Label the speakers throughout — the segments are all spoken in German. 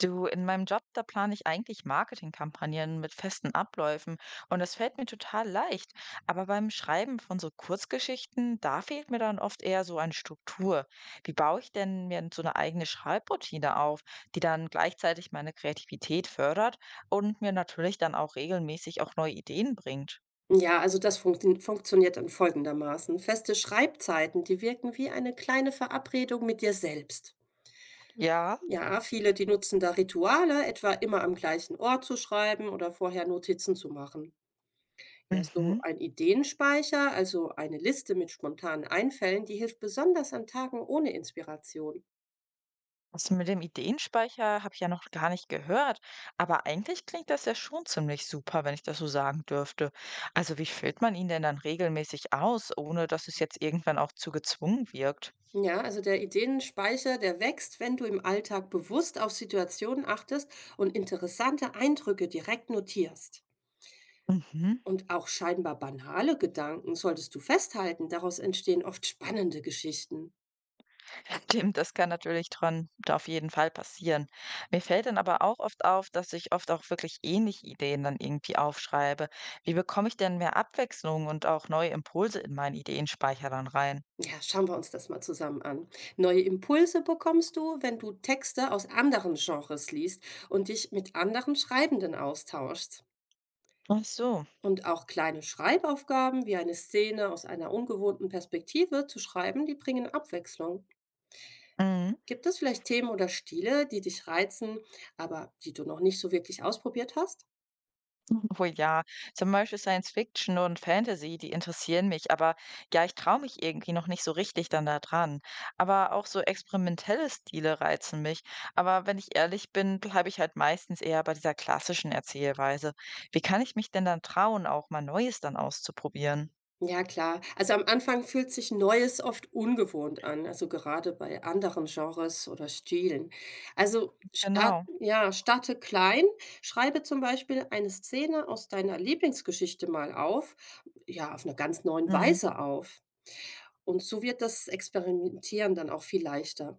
Speaker 1: Du, in meinem Job, da plane ich eigentlich Marketingkampagnen mit festen Abläufen und das fällt mir total leicht. Aber beim Schreiben von so Kurzgeschichten, da fehlt mir dann oft eher so eine Struktur. Wie baue ich denn mir so eine eigene Schreibroutine auf, die dann gleichzeitig meine Kreativität fördert und mir natürlich dann auch regelmäßig auch neue Ideen bringt?
Speaker 2: Ja, also das funktioniert dann folgendermaßen. Feste Schreibzeiten, die wirken wie eine kleine Verabredung mit dir selbst.
Speaker 1: Ja.
Speaker 2: Ja, viele, die nutzen da Rituale, etwa immer am gleichen Ort zu schreiben oder vorher Notizen zu machen. Ja, so
Speaker 1: Mhm.
Speaker 2: ein Ideenspeicher, also eine Liste mit spontanen Einfällen, die hilft besonders an Tagen ohne Inspiration.
Speaker 1: Also mit dem Ideenspeicher habe ich ja noch gar nicht gehört, aber eigentlich klingt das ja schon ziemlich super, wenn ich das so sagen dürfte. Also wie füllt man ihn denn dann regelmäßig aus, ohne dass es jetzt irgendwann auch zu gezwungen wirkt?
Speaker 2: Ja, also der Ideenspeicher, der wächst, wenn du im Alltag bewusst auf Situationen achtest und interessante Eindrücke direkt notierst.
Speaker 1: Mhm.
Speaker 2: Und auch scheinbar banale Gedanken solltest du festhalten. Daraus entstehen oft spannende Geschichten.
Speaker 1: Stimmt, das kann natürlich dran, da auf jeden Fall passieren. Mir fällt dann aber auch oft auf, dass ich oft auch wirklich ähnliche Ideen dann irgendwie aufschreibe. Wie bekomme ich denn mehr Abwechslung und auch neue Impulse in meinen Ideenspeicher dann rein?
Speaker 2: Ja, schauen wir uns das mal zusammen an. Neue Impulse bekommst du, wenn du Texte aus anderen Genres liest und dich mit anderen Schreibenden austauschst.
Speaker 1: Ach so.
Speaker 2: Und auch kleine Schreibaufgaben wie eine Szene aus einer ungewohnten Perspektive zu schreiben, die bringen Abwechslung.
Speaker 1: Mhm.
Speaker 2: Gibt es vielleicht Themen oder Stile, die dich reizen, aber die du noch nicht so wirklich ausprobiert hast?
Speaker 1: Oh ja, zum Beispiel Science Fiction und Fantasy, die interessieren mich, aber ja, ich traue mich irgendwie noch nicht so richtig dann da dran. Aber auch so experimentelle Stile reizen mich. Aber wenn ich ehrlich bin, bleibe ich halt meistens eher bei dieser klassischen Erzählweise. Wie kann ich mich denn dann trauen, auch mal Neues dann auszuprobieren?
Speaker 2: Ja, klar. Also am Anfang fühlt sich Neues oft ungewohnt an, also gerade bei anderen Genres oder Stilen. Also start,
Speaker 1: Genau.
Speaker 2: ja, starte klein, schreibe zum Beispiel eine Szene aus deiner Lieblingsgeschichte mal auf, ja, auf eine ganz neuen
Speaker 1: Mhm.
Speaker 2: Weise auf. Und so wird das Experimentieren dann auch viel leichter.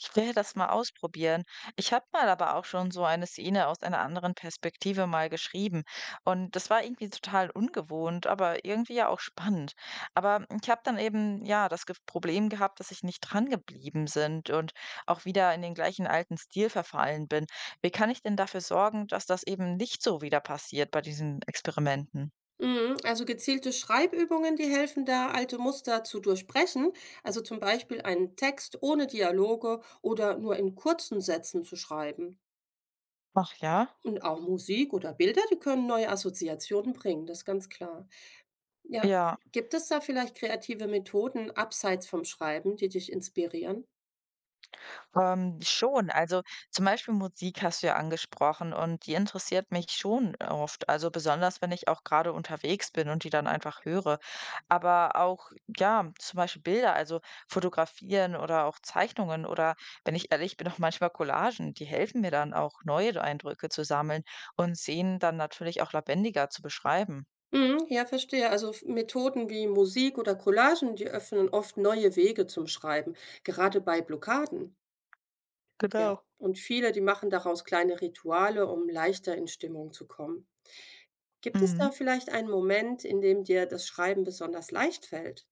Speaker 1: Ich will das mal ausprobieren. Ich habe mal aber auch schon so eine Szene aus einer anderen Perspektive mal geschrieben. Und das war irgendwie total ungewohnt, aber irgendwie ja auch spannend. Aber ich habe dann eben, ja, das Problem gehabt, dass ich nicht dran geblieben sind und auch wieder in den gleichen alten Stil verfallen bin. Wie kann ich denn dafür sorgen, dass das eben nicht so wieder passiert bei diesen Experimenten?
Speaker 2: Mhm. Also gezielte Schreibübungen, die helfen da, alte Muster zu durchbrechen. Also zum Beispiel einen Text ohne Dialoge oder nur in kurzen Sätzen zu schreiben.
Speaker 1: Ach ja?
Speaker 2: Und auch Musik oder Bilder, die können neue Assoziationen bringen, das ist ganz klar. Ja,
Speaker 1: Ja.
Speaker 2: gibt es da vielleicht kreative Methoden abseits vom Schreiben, die dich inspirieren?
Speaker 1: Schon. Also zum Beispiel Musik hast du ja angesprochen und die interessiert mich schon oft. Also besonders, wenn ich auch gerade unterwegs bin und die dann einfach höre. Aber auch, ja, zum Beispiel Bilder, also fotografieren oder auch Zeichnungen oder, wenn ich ehrlich bin, auch manchmal Collagen, die helfen mir dann auch, neue Eindrücke zu sammeln und Szenen dann natürlich auch lebendiger zu beschreiben.
Speaker 2: Mhm, ja, verstehe. Also Methoden wie Musik oder Collagen, die öffnen oft neue Wege zum Schreiben, gerade bei Blockaden. Ja,
Speaker 1: Genau.
Speaker 2: und viele, die machen daraus kleine Rituale, um leichter in Stimmung zu kommen. Gibt es
Speaker 1: Mhm.
Speaker 2: da vielleicht einen Moment, in dem dir das Schreiben besonders leicht fällt?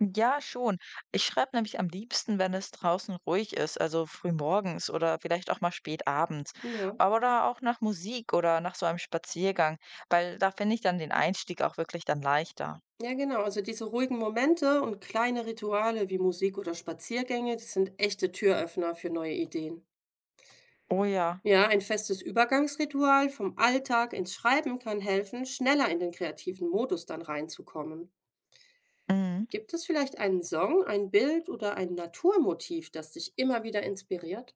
Speaker 1: Ja, schon. Ich schreibe nämlich am liebsten, wenn es draußen ruhig ist, also frühmorgens oder vielleicht auch mal spät abends.
Speaker 2: Ja,
Speaker 1: Aber da auch nach Musik oder nach so einem Spaziergang, weil da finde ich dann den Einstieg auch wirklich dann leichter.
Speaker 2: ja, genau. Also diese ruhigen Momente und kleine Rituale wie Musik oder Spaziergänge, das sind echte Türöffner für neue Ideen.
Speaker 1: Oh ja.
Speaker 2: Ja, ein festes Übergangsritual vom Alltag ins Schreiben kann helfen, schneller in den kreativen Modus dann reinzukommen.
Speaker 1: Mhm.
Speaker 2: Gibt es vielleicht einen Song, ein Bild oder ein Naturmotiv, das dich immer wieder inspiriert?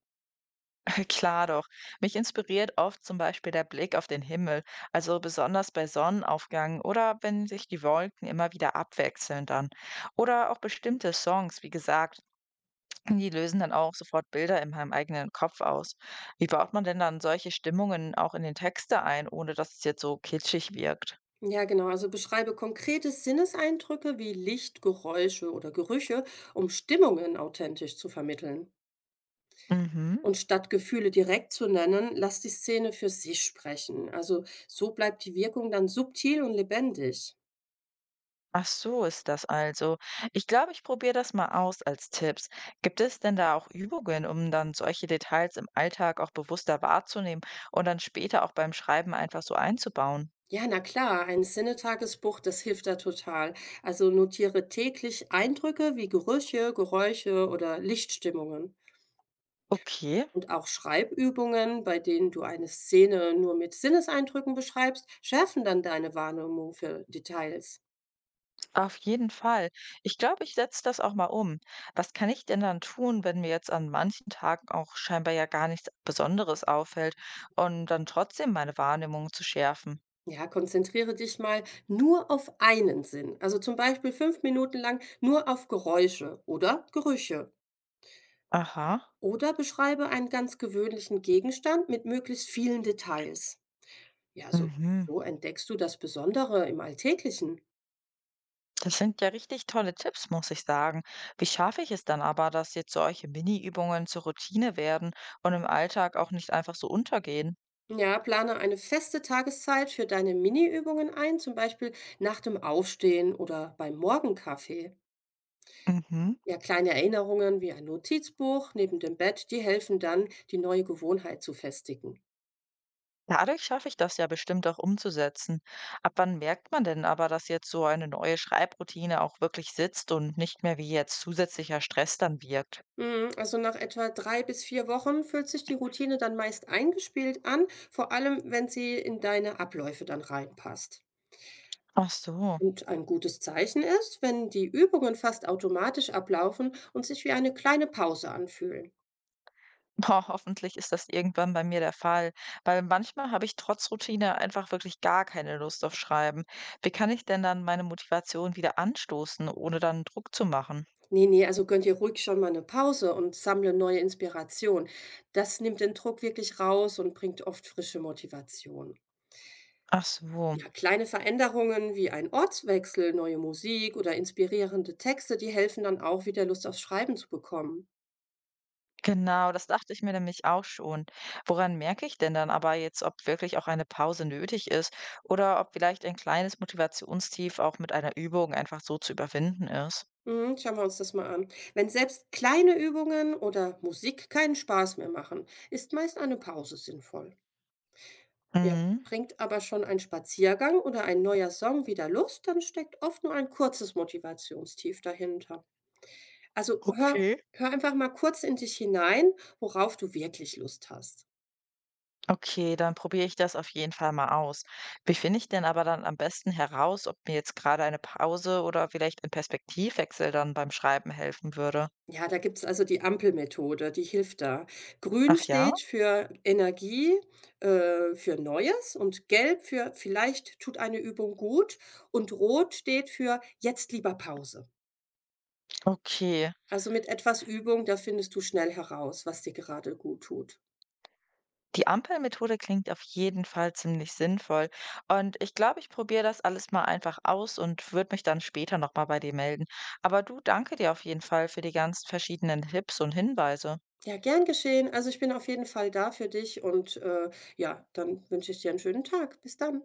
Speaker 1: Klar doch. Mich inspiriert oft zum Beispiel der Blick auf den Himmel, also besonders bei Sonnenaufgang oder wenn sich die Wolken immer wieder abwechseln dann. Oder auch bestimmte Songs, wie gesagt, die lösen dann auch sofort Bilder in meinem eigenen Kopf aus. Wie baut man denn dann solche Stimmungen auch in den Texte ein, ohne dass es jetzt so kitschig wirkt?
Speaker 2: Ja, genau. Also beschreibe konkrete Sinneseindrücke wie Licht, Geräusche oder Gerüche, um Stimmungen authentisch zu vermitteln.
Speaker 1: Mhm.
Speaker 2: Und statt Gefühle direkt zu nennen, lass die Szene für sich sprechen. Also so bleibt die Wirkung dann subtil und lebendig.
Speaker 1: Ach so ist das also. Ich glaube, ich probiere das mal aus als Tipps. Gibt es denn da auch Übungen, um dann solche Details im Alltag auch bewusster wahrzunehmen und dann später auch beim Schreiben einfach so einzubauen?
Speaker 2: Ja, na klar, ein Sinnetagesbuch, das hilft da total. Also notiere täglich Eindrücke wie Gerüche, Geräusche oder Lichtstimmungen.
Speaker 1: Okay.
Speaker 2: Und auch Schreibübungen, bei denen du eine Szene nur mit Sinneseindrücken beschreibst, schärfen dann deine Wahrnehmung für Details.
Speaker 1: Auf jeden Fall. Ich glaube, ich setze das auch mal um. Was kann ich denn dann tun, wenn mir jetzt an manchen Tagen auch scheinbar ja gar nichts Besonderes auffällt und dann trotzdem meine Wahrnehmung zu schärfen?
Speaker 2: Ja, konzentriere dich mal nur auf einen Sinn. Also zum Beispiel fünf Minuten lang nur auf Geräusche oder Gerüche.
Speaker 1: Aha.
Speaker 2: Oder beschreibe einen ganz gewöhnlichen Gegenstand mit möglichst vielen Details. Ja, so,
Speaker 1: Mhm.
Speaker 2: so entdeckst du das Besondere im Alltäglichen.
Speaker 1: Das sind ja richtig tolle Tipps, muss ich sagen. Wie schaffe ich es dann aber, dass jetzt solche Mini-Übungen zur Routine werden und im Alltag auch nicht einfach so untergehen?
Speaker 2: Ja, plane eine feste Tageszeit für deine Mini-Übungen ein, zum Beispiel nach dem Aufstehen oder beim Morgenkaffee.
Speaker 1: Mhm.
Speaker 2: Ja, kleine Erinnerungen wie ein Notizbuch neben dem Bett, die helfen dann, die neue Gewohnheit zu festigen.
Speaker 1: Dadurch schaffe ich das ja bestimmt auch umzusetzen. Ab wann merkt man denn aber, dass jetzt so eine neue Schreibroutine auch wirklich sitzt und nicht mehr wie jetzt zusätzlicher Stress dann wirkt?
Speaker 2: Mhm. Also nach etwa drei bis vier Wochen fühlt sich die Routine dann meist eingespielt an, vor allem wenn sie in deine Abläufe dann reinpasst.
Speaker 1: Ach so.
Speaker 2: Und ein gutes Zeichen ist, wenn die Übungen fast automatisch ablaufen und sich wie eine kleine Pause anfühlen.
Speaker 1: Boah, hoffentlich ist das irgendwann bei mir der Fall, weil manchmal habe ich trotz Routine einfach wirklich gar keine Lust auf Schreiben. Wie kann ich denn dann meine Motivation wieder anstoßen, ohne dann Druck zu machen?
Speaker 2: Ne, ne, also gönn dir ruhig schon mal eine Pause und sammle neue Inspiration. Das nimmt den Druck wirklich raus und bringt oft frische Motivation.
Speaker 1: Ach so.
Speaker 2: Ja, kleine Veränderungen wie ein Ortswechsel, neue Musik oder inspirierende Texte, die helfen dann auch wieder Lust aufs Schreiben zu bekommen.
Speaker 1: Genau, das dachte ich mir nämlich auch schon. Woran merke ich denn dann aber jetzt, ob wirklich auch eine Pause nötig ist oder ob vielleicht ein kleines Motivationstief auch mit einer Übung einfach so zu überwinden ist?
Speaker 2: Mhm, schauen wir uns das mal an. Wenn selbst kleine Übungen oder Musik keinen Spaß mehr machen, ist meist eine Pause sinnvoll. Ja,
Speaker 1: Mhm.
Speaker 2: bringt aber schon ein Spaziergang oder ein neuer Song wieder Lust, dann steckt oft nur ein kurzes Motivationstief dahinter. Also hör,
Speaker 1: Okay.
Speaker 2: Hör einfach mal kurz in dich hinein, worauf du wirklich Lust hast.
Speaker 1: Okay, dann probiere ich das auf jeden Fall mal aus. Wie finde ich denn aber dann am besten heraus, ob mir jetzt gerade eine Pause oder vielleicht ein Perspektivwechsel dann beim Schreiben helfen würde?
Speaker 2: Ja, da gibt es also die Ampelmethode, die hilft da. Grün
Speaker 1: Ach ja?
Speaker 2: steht für Energie, für Neues und gelb für vielleicht tut eine Übung gut und rot steht für jetzt lieber Pause.
Speaker 1: Okay.
Speaker 2: Also mit etwas Übung, da findest du schnell heraus, was dir gerade gut tut.
Speaker 1: Die Ampelmethode klingt auf jeden Fall ziemlich sinnvoll. Und ich glaube, ich probiere das alles mal einfach aus und würde mich dann später nochmal bei dir melden. Aber du, danke dir auf jeden Fall für die ganzen verschiedenen Tipps und Hinweise.
Speaker 2: Ja, gern geschehen. Also, ich bin auf jeden Fall da für dich und, ja, dann wünsche ich dir einen schönen Tag. Bis dann.